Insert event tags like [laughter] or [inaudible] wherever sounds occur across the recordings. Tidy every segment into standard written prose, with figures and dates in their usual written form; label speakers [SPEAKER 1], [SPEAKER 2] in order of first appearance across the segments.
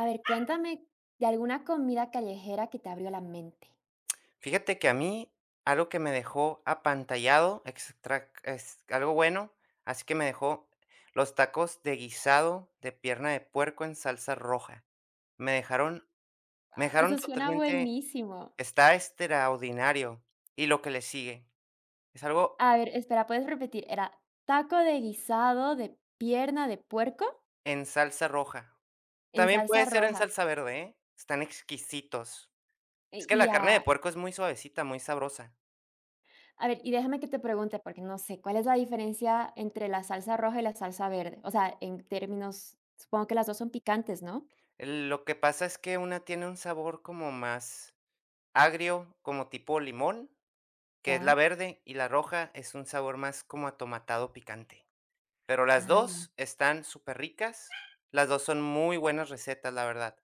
[SPEAKER 1] A ver, cuéntame de alguna comida callejera que te abrió la mente.
[SPEAKER 2] Fíjate que a mí algo que me dejó apantallado, es algo bueno, así que me dejó los tacos de guisado de pierna de puerco en salsa roja. Me dejaron, me
[SPEAKER 1] Guau, eso
[SPEAKER 2] dejaron
[SPEAKER 1] suena
[SPEAKER 2] totalmente,
[SPEAKER 1] buenísimo.
[SPEAKER 2] está extraordinario. Y lo que le sigue es algo
[SPEAKER 1] A ver, espera, ¿puedes repetir? Era taco de guisado de pierna de puerco
[SPEAKER 2] en salsa roja.
[SPEAKER 1] en
[SPEAKER 2] También
[SPEAKER 1] salsa
[SPEAKER 2] puede ser en
[SPEAKER 1] roja.
[SPEAKER 2] salsa verde, ¿eh? Están exquisitos. Es
[SPEAKER 1] E-
[SPEAKER 2] que
[SPEAKER 1] Y
[SPEAKER 2] la carne de
[SPEAKER 1] a,
[SPEAKER 2] puerco es muy suavecita, muy sabrosa.
[SPEAKER 1] a ver, y déjame que te pregunte, porque no sé, ¿cuál es la diferencia entre la salsa roja y la salsa verde? O sea, en términos, supongo que las dos son picantes, ¿no?
[SPEAKER 2] Lo que pasa es que una tiene un sabor como más agrio, como tipo limón, que es la
[SPEAKER 1] Ya.
[SPEAKER 2] verde, y la roja es un sabor más como atomatado picante. Pero las
[SPEAKER 1] Ah, ya.
[SPEAKER 2] 2 están superricas, las 2 son muy buenas recetas, la verdad.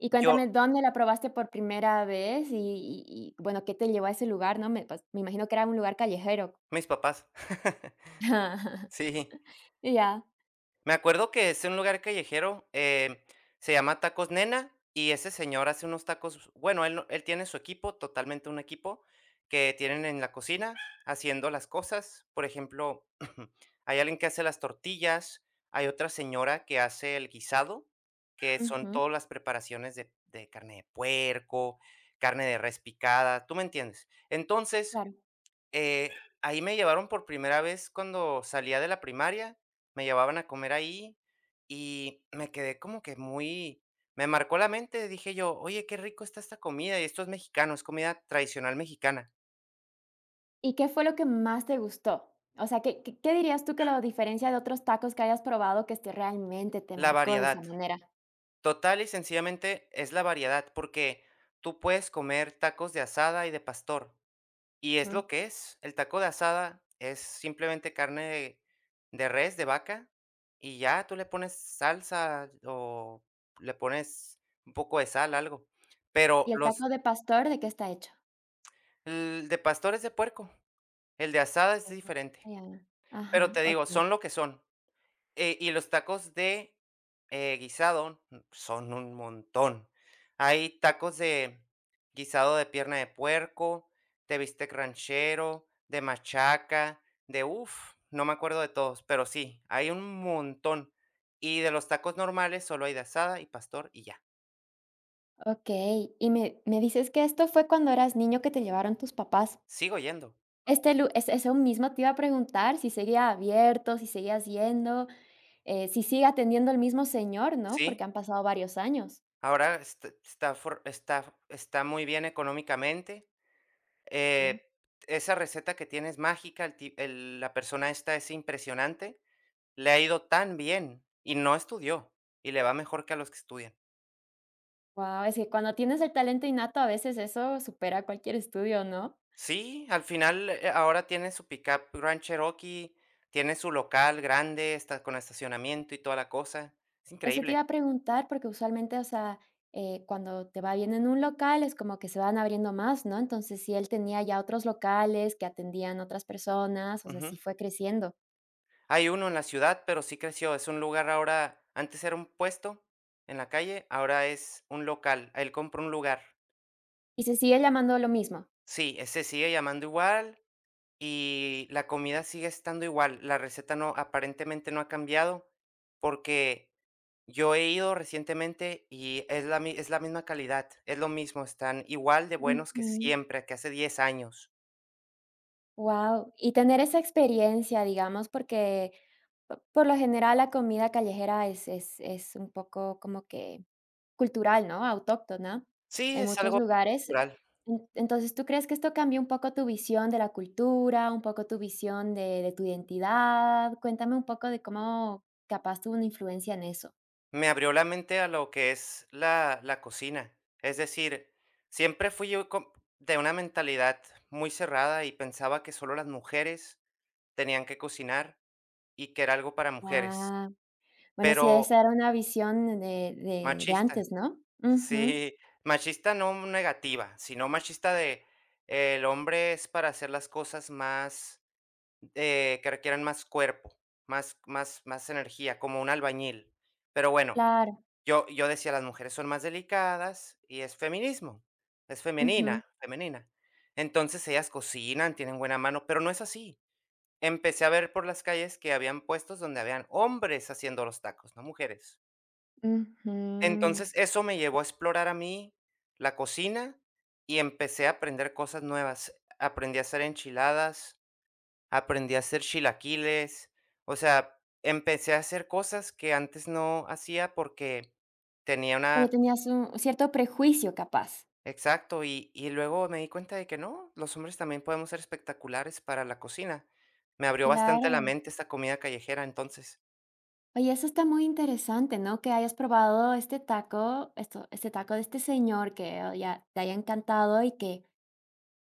[SPEAKER 1] Y
[SPEAKER 2] Yo
[SPEAKER 1] cuéntame, ¿dónde la probaste por primera vez? Bueno, ¿qué te llevó a ese lugar? No, me, pues, me imagino que era un lugar callejero.
[SPEAKER 2] mis papás. [laughs]
[SPEAKER 1] [laughs]
[SPEAKER 2] Sí.
[SPEAKER 1] Ya,
[SPEAKER 2] Me acuerdo que es un lugar callejero, se llama Tacos Nena y ese señor hace unos tacos, bueno, él, él tiene su equipo, totalmente un equipo que tienen en la cocina haciendo las cosas. Por ejemplo, [clears throat] hay alguien que hace las tortillas, hay otra señora que hace el guisado, que son
[SPEAKER 1] ujú,
[SPEAKER 2] todas las preparaciones de carne de puerco, carne de res picada, tú me entiendes. Entonces,
[SPEAKER 1] claro.
[SPEAKER 2] eh, ahí me llevaron por primera vez cuando salía de la primaria, me llevaban a comer ahí y me quedé como que muy me marcó la mente, dije yo: "Oye, qué rico está esta comida", y esto es mexicano, es comida tradicional mexicana.
[SPEAKER 1] ¿Y qué fue lo que más te gustó? O sea, ¿qué qué dirías tú que lo diferencia de otros tacos que hayas probado, que este realmente te
[SPEAKER 2] La
[SPEAKER 1] marcó de esa
[SPEAKER 2] variedad,
[SPEAKER 1] manera?
[SPEAKER 2] total y sencillamente es la variedad, porque tú puedes comer tacos de asada y de pastor, y es
[SPEAKER 1] Mm.
[SPEAKER 2] lo que es. El taco de asada es simplemente carne de res, de vaca, y ya tú le pones salsa o le pones un poco de sal, algo. Pero
[SPEAKER 1] ¿Y el
[SPEAKER 2] los
[SPEAKER 1] taco de pastor de qué está hecho?
[SPEAKER 2] el de pastor es de puerco, el de asada es
[SPEAKER 1] Ujú.
[SPEAKER 2] diferente.
[SPEAKER 1] Ya,
[SPEAKER 2] Pero
[SPEAKER 1] ajá,
[SPEAKER 2] te digo,
[SPEAKER 1] okey,
[SPEAKER 2] son lo que son. Y los tacos guisado son un montón. Hay tacos de guisado de pierna de puerco, de bistec ranchero, de machaca, de uff, no me acuerdo de todos, pero sí, hay un montón. Y de los tacos normales solo hay de asada y pastor y ya.
[SPEAKER 1] Y me dices que esto fue cuando eras niño, que te llevaron tus papás.
[SPEAKER 2] Sigo yendo,
[SPEAKER 1] Este lu es eso mismo te iba a preguntar, si seguía abierto, si seguías yendo, si sigue atendiendo el mismo señor, ¿no? Porque
[SPEAKER 2] ¿sí?
[SPEAKER 1] han pasado varios años.
[SPEAKER 2] Ahora está, está, está muy bien económicamente. Eh, Esa receta que tienes mágica, el la persona esta es impresionante, le ha ido tan bien y no estudió, y le va mejor que a los que estudian.
[SPEAKER 1] Wow, es que cuando tienes el talento innato, a veces eso supera cualquier estudio, ¿no?
[SPEAKER 2] Sí, al final, ahora tiene su pickup Grand Cherokee, tiene su local grande, está con estacionamiento y toda la cosa, es
[SPEAKER 1] Eso te
[SPEAKER 2] increíble.
[SPEAKER 1] iba a preguntar porque usualmente, o sea, cuando te va bien en un local, es como que se van abriendo más, ¿no? Entonces, si él tenía ya otros locales que atendían otras personas, o sea,
[SPEAKER 2] Ujú.
[SPEAKER 1] sí fue creciendo
[SPEAKER 2] Hay uno en la ciudad, pero sí creció, es un lugar ahora antes era un puesto en la calle, ahora es un local, él compró un lugar.
[SPEAKER 1] y se sigue llamando lo mismo.
[SPEAKER 2] Sí, ese sigue llamando igual. Y la comida sigue estando igual, la receta no, aparentemente no ha cambiado, porque yo he ido recientemente y es la mi es la misma calidad, es lo mismo, están igual de buenos que
[SPEAKER 1] Wow,
[SPEAKER 2] siempre, que hace 10 años.
[SPEAKER 1] y tener esa experiencia, digamos, porque por lo general la comida callejera es un poco como que cultural, ¿no? Autóctona,
[SPEAKER 2] Sí,
[SPEAKER 1] en
[SPEAKER 2] es
[SPEAKER 1] muchos
[SPEAKER 2] algo
[SPEAKER 1] lugares.
[SPEAKER 2] cultural.
[SPEAKER 1] En entonces, ¿tú crees que esto cambia un poco tu visión de la cultura, un poco tu visión de tu identidad? Cuéntame un poco de cómo capaz tuvo una influencia en eso.
[SPEAKER 2] Me abrió la mente a lo que es la la cocina. Es decir, siempre fui yo com de una mentalidad muy cerrada y pensaba que solo las mujeres tenían que cocinar y que era algo para mujeres,
[SPEAKER 1] Ah, bueno, sí, esa
[SPEAKER 2] pero
[SPEAKER 1] era una visión de
[SPEAKER 2] machista.
[SPEAKER 1] antes, ¿no? Ujú,
[SPEAKER 2] Sí, machista no negativa, sino machista de el hombre es para hacer las cosas más, que requieran más cuerpo, más más energía, como un albañil. Pero bueno,
[SPEAKER 1] claro.
[SPEAKER 2] yo decía, las mujeres son más delicadas y es feminismo, es
[SPEAKER 1] Ujú,
[SPEAKER 2] femenina, femenina. Entonces, ellas cocinan, tienen buena mano, pero no es así. Empecé a ver por las calles que habían puestos donde habían hombres haciendo los tacos, no mujeres.
[SPEAKER 1] ujú.
[SPEAKER 2] Entonces, eso me llevó a explorar a mí la cocina y empecé a aprender cosas nuevas. Aprendí a hacer enchiladas, aprendí a hacer chilaquiles, o sea, empecé a hacer cosas que antes no hacía porque tenía
[SPEAKER 1] Pero
[SPEAKER 2] una
[SPEAKER 1] tenías un cierto prejuicio, capaz.
[SPEAKER 2] exacto, y luego me di cuenta de que no, los hombres también podemos ser espectaculares para la cocina. Me abrió bastante la
[SPEAKER 1] Claro.
[SPEAKER 2] mente esta comida callejera, entonces.
[SPEAKER 1] Oye, eso está muy interesante, ¿no? Que hayas probado este taco, esto, este taco de este señor, que oh, ya te haya encantado y que,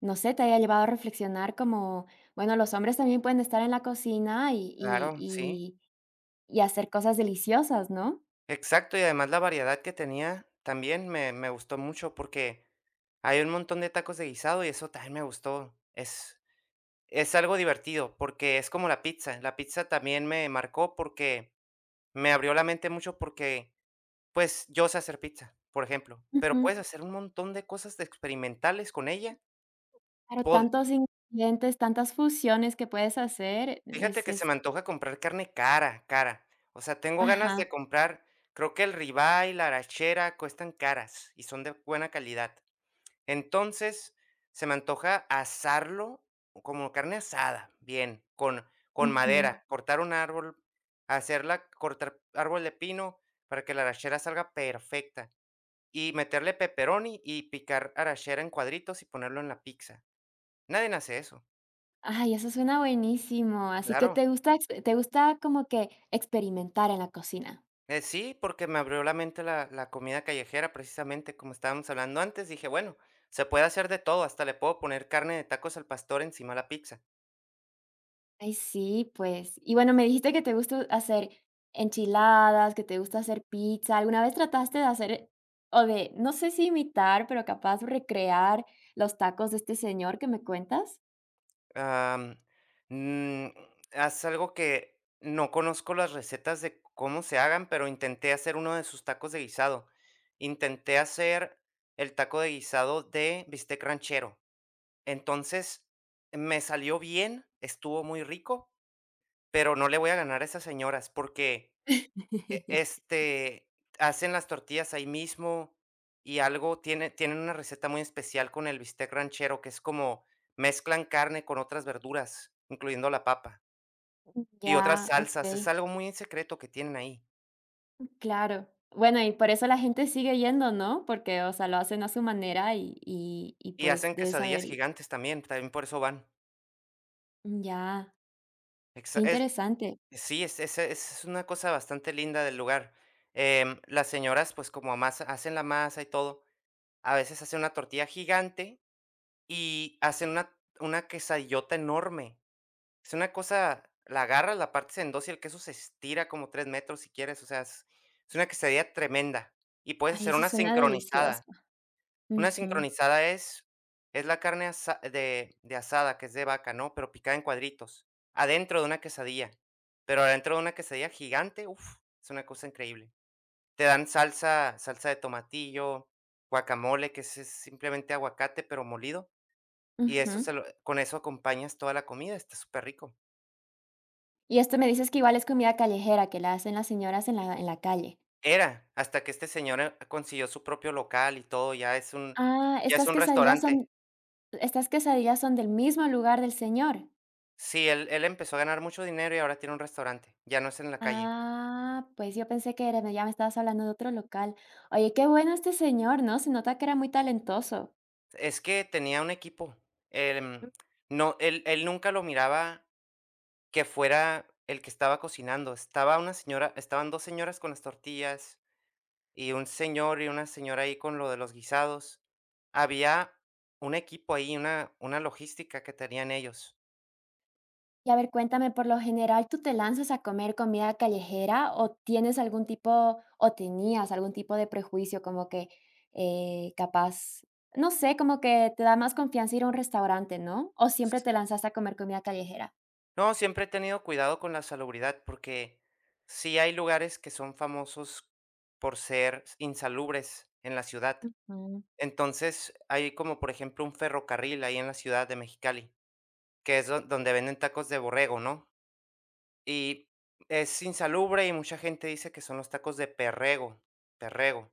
[SPEAKER 1] no sé, te haya llevado a reflexionar como, bueno, los hombres también pueden estar en la cocina y, y,
[SPEAKER 2] Claro, sí.
[SPEAKER 1] y, y hacer cosas deliciosas, ¿no?
[SPEAKER 2] Exacto, y además la variedad que tenía también me gustó mucho porque hay un montón de tacos de guisado y eso también me gustó. Es algo divertido porque es como la pizza. La pizza también me marcó porque me abrió la mente mucho porque, pues, yo sé hacer pizza, por ejemplo, pero puedes
[SPEAKER 1] Ujú.
[SPEAKER 2] hacer un montón de cosas de experimentales con ella.
[SPEAKER 1] Claro,
[SPEAKER 2] Pod
[SPEAKER 1] tantos ingredientes, tantas fusiones que puedes hacer,
[SPEAKER 2] Fíjate que se
[SPEAKER 1] es,
[SPEAKER 2] me antoja comprar carne cara, cara. O sea, tengo ganas
[SPEAKER 1] ajá,
[SPEAKER 2] de comprar, creo que el ribeye, y la arachera cuestan caras y son de buena calidad. Entonces, se me antoja asarlo como carne asada, bien, con
[SPEAKER 1] ujú.
[SPEAKER 2] madera, cortar un árbol, hacerla cortar árbol de pino para que la arachera salga perfecta, y meterle pepperoni y picar arachera en cuadritos y ponerlo en la pizza. Nadie hace eso.
[SPEAKER 1] Ay, eso suena buenísimo. Así que
[SPEAKER 2] Claro.
[SPEAKER 1] te gusta, te gusta como que experimentar en la cocina.
[SPEAKER 2] Sí, porque me abrió la mente la la comida callejera, precisamente, como estábamos hablando antes, dije: "Bueno, se puede hacer de todo, hasta le puedo poner carne de tacos al pastor encima de la pizza".
[SPEAKER 1] Ay, sí, pues. Y bueno, me dijiste que te gusta hacer enchiladas, que te gusta hacer pizza. ¿Alguna vez trataste de hacer o de, no sé si imitar, pero capaz recrear los tacos de este señor que me cuentas?
[SPEAKER 2] Am, mm, haz algo que no conozco las recetas de cómo se hagan, pero intenté hacer uno de sus tacos de guisado. Intenté hacer el taco de guisado de bistec ranchero. Entonces, me salió bien, estuvo muy rico, pero no le voy a ganar a esas señoras porque e
[SPEAKER 1] [laughs]
[SPEAKER 2] este, hacen las tortillas ahí mismo y algo tienen una receta muy especial con el bistec ranchero, que es como mezclan carne con otras verduras, incluyendo la papa, y
[SPEAKER 1] Ya,
[SPEAKER 2] otras salsas.
[SPEAKER 1] okey,
[SPEAKER 2] Es algo muy en secreto que tienen ahí.
[SPEAKER 1] claro. Bueno, y por eso la gente sigue yendo, ¿no? Porque, o sea, lo hacen a su manera y
[SPEAKER 2] Y
[SPEAKER 1] pues
[SPEAKER 2] hacen
[SPEAKER 1] debes
[SPEAKER 2] quesadillas
[SPEAKER 1] saber
[SPEAKER 2] gigantes también, también por eso van.
[SPEAKER 1] ya, qué
[SPEAKER 2] Exa es
[SPEAKER 1] interesante.
[SPEAKER 2] Sí, es es una cosa bastante linda del lugar. Las señoras, pues, como amasa hacen la masa y todo, a veces hacen una tortilla gigante y hacen una quesadillota enorme. Es una cosa, la agarras, la partes en 2 y el queso se estira como 3 metros si quieres, o sea, es una quesadilla tremenda, y puedes
[SPEAKER 1] Ay,
[SPEAKER 2] hacer
[SPEAKER 1] eso
[SPEAKER 2] una
[SPEAKER 1] suena delicioso.
[SPEAKER 2] sincronizada. Una
[SPEAKER 1] Ujú,
[SPEAKER 2] sincronizada es la carne asa de asada, que es de vaca, ¿no?, pero picada en cuadritos, adentro de una quesadilla, pero adentro de una quesadilla gigante, uf, es una cosa increíble. Te dan salsa salsa de tomatillo, guacamole, que es simplemente aguacate, pero molido, y eso
[SPEAKER 1] ujú.
[SPEAKER 2] se lo con eso acompañas toda la comida, está súper rico.
[SPEAKER 1] Y esto me dices que igual es comida callejera, que la hacen las señoras en la calle.
[SPEAKER 2] Era, hasta que este señor, consiguió su propio local y todo,
[SPEAKER 1] Ah,
[SPEAKER 2] ya es
[SPEAKER 1] estas
[SPEAKER 2] un
[SPEAKER 1] quesadillas son
[SPEAKER 2] restaurante.
[SPEAKER 1] del mismo lugar del señor.
[SPEAKER 2] Sí, él empezó a ganar mucho dinero y ahora tiene un restaurante, ya no es en la calle.
[SPEAKER 1] Ah, pues yo pensé que era, ya me estabas hablando de otro local. Oye, qué bueno este señor, ¿no? Se nota que era muy talentoso.
[SPEAKER 2] Es que tenía un equipo, em, no, él nunca lo miraba que fuera el que estaba cocinando, estaba una señora estaban 2 señoras con las tortillas, y un señor y una señora ahí con lo de los guisados. Había un equipo ahí, una logística que tenían ellos.
[SPEAKER 1] Y a ver, cuéntame, por lo general, ¿tú te lanzas a comer comida callejera o tienes algún tipo, o tenías algún tipo de prejuicio como que capaz, no sé, como que te da más confianza ir a un restaurante, ¿no? ¿O siempre te lanzaste a comer comida callejera?
[SPEAKER 2] No, siempre he tenido cuidado con la salubridad porque sí hay lugares que son famosos por ser insalubres en la ciudad.
[SPEAKER 1] Ujú.
[SPEAKER 2] Entonces, hay como por ejemplo un ferrocarril ahí en la ciudad de Mexicali, que es donde venden tacos de borrego, ¿no? Y es insalubre y mucha gente dice que son los tacos de perrego, perrego,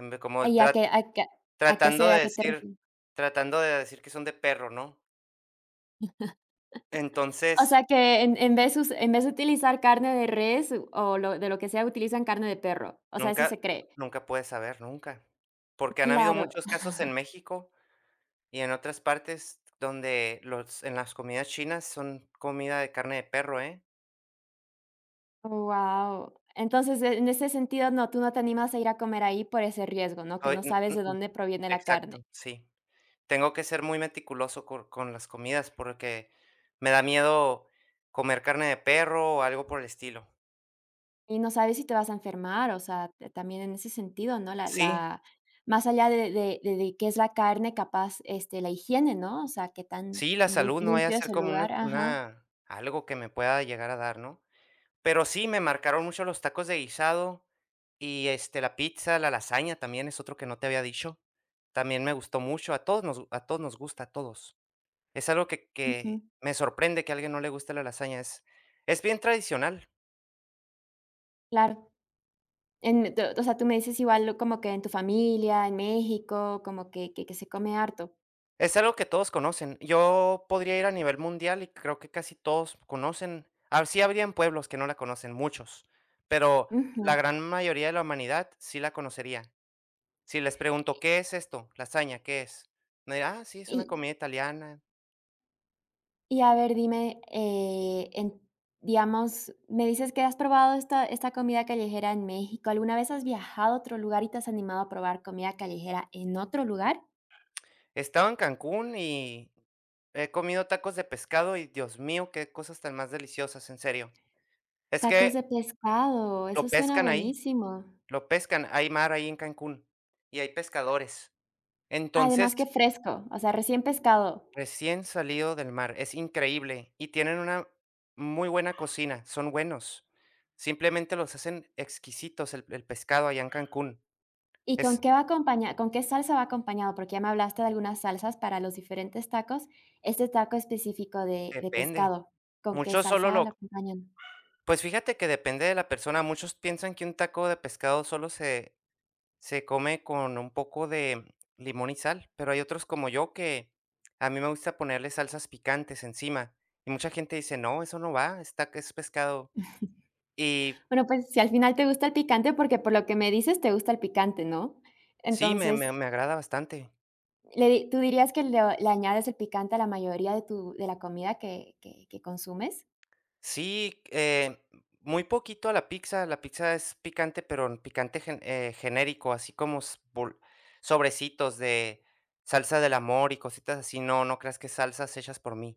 [SPEAKER 2] como
[SPEAKER 1] ¿Y a
[SPEAKER 2] tra-
[SPEAKER 1] qué, a qué se,
[SPEAKER 2] tratando
[SPEAKER 1] a
[SPEAKER 2] de
[SPEAKER 1] qué te
[SPEAKER 2] decir,
[SPEAKER 1] refieres?
[SPEAKER 2] tratando de decir que son de perro, ¿no?
[SPEAKER 1] O
[SPEAKER 2] Entonces,
[SPEAKER 1] sea, que en vez, en vez de utilizar carne de res de lo que sea, utilizan carne de perro. O sea, eso
[SPEAKER 2] nunca
[SPEAKER 1] se cree.
[SPEAKER 2] nunca puedes saber, nunca. Porque han habido
[SPEAKER 1] Claro.
[SPEAKER 2] muchos casos en México y en otras partes donde los en las comidas chinas son comida de carne de perro, ¿eh?
[SPEAKER 1] Wow. Entonces, en ese sentido, no, tú no te animas a ir a comer ahí por ese riesgo, ¿no? Que
[SPEAKER 2] Ay,
[SPEAKER 1] no
[SPEAKER 2] mm,
[SPEAKER 1] sabes de
[SPEAKER 2] mm, mm,
[SPEAKER 1] dónde proviene la
[SPEAKER 2] exacto,
[SPEAKER 1] carne
[SPEAKER 2] sí. Tengo que ser muy meticuloso con las comidas porque me da miedo comer carne de perro o algo por el estilo.
[SPEAKER 1] y no sabes si te vas a enfermar, o sea, también en ese sentido, ¿no?
[SPEAKER 2] Sí,
[SPEAKER 1] Más allá de, de qué es la carne, capaz, este, la higiene, ¿no? O sea, qué tan
[SPEAKER 2] sí, la salud no vaya a
[SPEAKER 1] limpio es
[SPEAKER 2] ser
[SPEAKER 1] el
[SPEAKER 2] como
[SPEAKER 1] lugar, ajá,
[SPEAKER 2] una algo que me pueda llegar a dar, ¿no? Pero sí, me marcaron mucho los tacos de guisado y, este, la pizza, la lasaña también es otro que no te había dicho. También me gustó mucho, a todos nos gusta, a todos. Es algo
[SPEAKER 1] ujú,
[SPEAKER 2] que me sorprende que a alguien no le guste la lasaña, es bien tradicional,
[SPEAKER 1] claro. En, o sea, tú me dices igual como que en tu familia, en México, como que, que se come harto.
[SPEAKER 2] es algo que todos conocen. Yo podría ir a nivel mundial y creo que casi todos conocen, ah, sí habrían pueblos que no la conocen, muchos, pero
[SPEAKER 1] Ujú.
[SPEAKER 2] la gran mayoría de la humanidad sí la conocería. Si les pregunto: "¿Qué es esto? Lasaña, ¿qué es?". Me dirán: "Ah, sí, es una
[SPEAKER 1] Y,
[SPEAKER 2] comida italiana".
[SPEAKER 1] Y a ver, dime, en, digamos, me dices que has probado esta, esta comida callejera en México. ¿Alguna vez has viajado a otro lugar y te has animado a probar comida callejera en otro lugar?
[SPEAKER 2] He estado en Cancún y he comido tacos de pescado y, Dios mío, qué cosas tan más deliciosas, en serio. Es
[SPEAKER 1] Tacos
[SPEAKER 2] que
[SPEAKER 1] de pescado, eso
[SPEAKER 2] lo
[SPEAKER 1] suena
[SPEAKER 2] pescan ahí,
[SPEAKER 1] buenísimo.
[SPEAKER 2] lo pescan, hay mar ahí en Cancún y hay pescadores. Entonces,
[SPEAKER 1] Además que fresco, o sea, recién pescado.
[SPEAKER 2] recién salido del mar, es increíble y tienen una muy buena cocina, son buenos. Simplemente los hacen exquisitos el pescado allá en Cancún.
[SPEAKER 1] ¿Y con
[SPEAKER 2] Es
[SPEAKER 1] qué va acompañado? ¿Con qué salsa va acompañado? Porque ya me hablaste de algunas salsas para los diferentes tacos. Este taco específico de
[SPEAKER 2] Depende.
[SPEAKER 1] pescado, ¿con qué
[SPEAKER 2] Muchos solo
[SPEAKER 1] salsa
[SPEAKER 2] lo
[SPEAKER 1] lo acompañan?
[SPEAKER 2] Pues fíjate que depende de la persona. Muchos piensan que un taco de pescado se come con un poco de limón y sal, pero hay otros como yo que a mí me gusta ponerle salsas picantes encima. Y mucha gente dice, no, eso no va, es, es pescado. Y
[SPEAKER 1] Bueno, pues, si al final te gusta el picante, porque por lo que me dices te gusta el picante, ¿no?
[SPEAKER 2] sí,
[SPEAKER 1] Entonces,
[SPEAKER 2] me agrada bastante.
[SPEAKER 1] le di ¿tú dirías que lo le añades el picante a la mayoría de tu de la comida que consumes?
[SPEAKER 2] Sí, muy poquito a la pizza. La pizza es picante, pero en picante genérico, así como sobrecitos de salsa del amor y cositas así. No, no creas que salsas hechas por mí.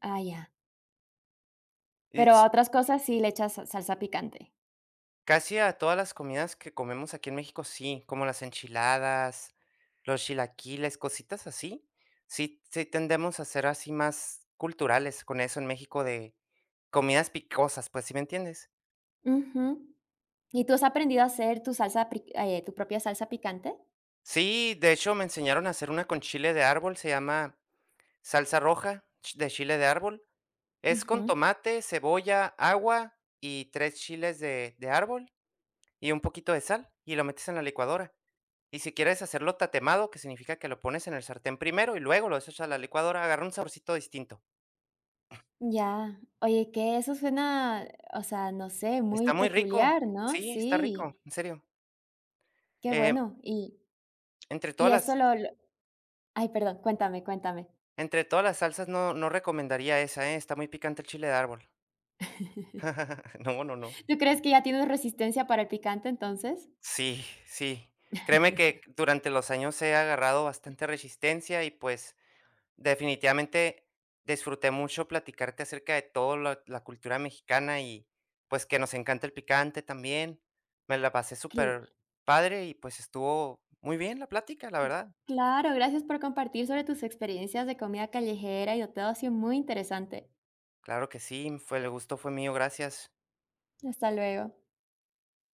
[SPEAKER 1] Ah, ya.
[SPEAKER 2] Y
[SPEAKER 1] Pero a
[SPEAKER 2] s
[SPEAKER 1] otras cosas sí le echas sa salsa picante.
[SPEAKER 2] Casi a todas las comidas que comemos aquí en México, sí, como las enchiladas, los chilaquiles, cositas así. Sí tendemos a ser así más culturales con eso en México de comidas picosas, pues, ¿sí me entiendes?
[SPEAKER 1] Ujú. ¿Y tú has aprendido a hacer tu salsa pri tu propia salsa picante?
[SPEAKER 2] Sí, de hecho, me enseñaron a hacer una con chile de árbol, se llama salsa roja ch de chile de árbol. Es con
[SPEAKER 1] Ujú.
[SPEAKER 2] tomate, cebolla, agua y 3 chiles de árbol y un poquito de sal, y lo metes en la licuadora. Y si quieres hacerlo tatemado, que significa que lo pones en el sartén primero y luego lo desechas a la licuadora, agarra un saborcito distinto.
[SPEAKER 1] Ya. Oye, que eso suena, o sea, no sé, muy
[SPEAKER 2] Está muy rico.
[SPEAKER 1] peculiar, ¿no?
[SPEAKER 2] Sí, está rico,
[SPEAKER 1] Sí,
[SPEAKER 2] en serio.
[SPEAKER 1] qué
[SPEAKER 2] Eh,
[SPEAKER 1] bueno. Y
[SPEAKER 2] entre todas
[SPEAKER 1] esto
[SPEAKER 2] las
[SPEAKER 1] lo ay, perdón, cuéntame, cuéntame.
[SPEAKER 2] Entre todas las salsas no no recomendaría esa, ¿eh? Está muy picante el chile de árbol. [laughs] No, no, no.
[SPEAKER 1] ¿Tú crees que ya tienes resistencia para el picante entonces?
[SPEAKER 2] Sí, sí. Créeme que durante los años he agarrado bastante resistencia y, pues, definitivamente disfruté mucho platicarte acerca de todo la la cultura mexicana y, pues, que nos encanta el picante también. Me la pasé
[SPEAKER 1] Cl-
[SPEAKER 2] súper padre y, pues, estuvo muy bien la plática, la verdad.
[SPEAKER 1] claro, gracias por compartir sobre tus experiencias de comida callejera y de todo. Ha sido muy interesante.
[SPEAKER 2] Claro que sí, fue el gusto fue mío, gracias.
[SPEAKER 1] Hasta luego.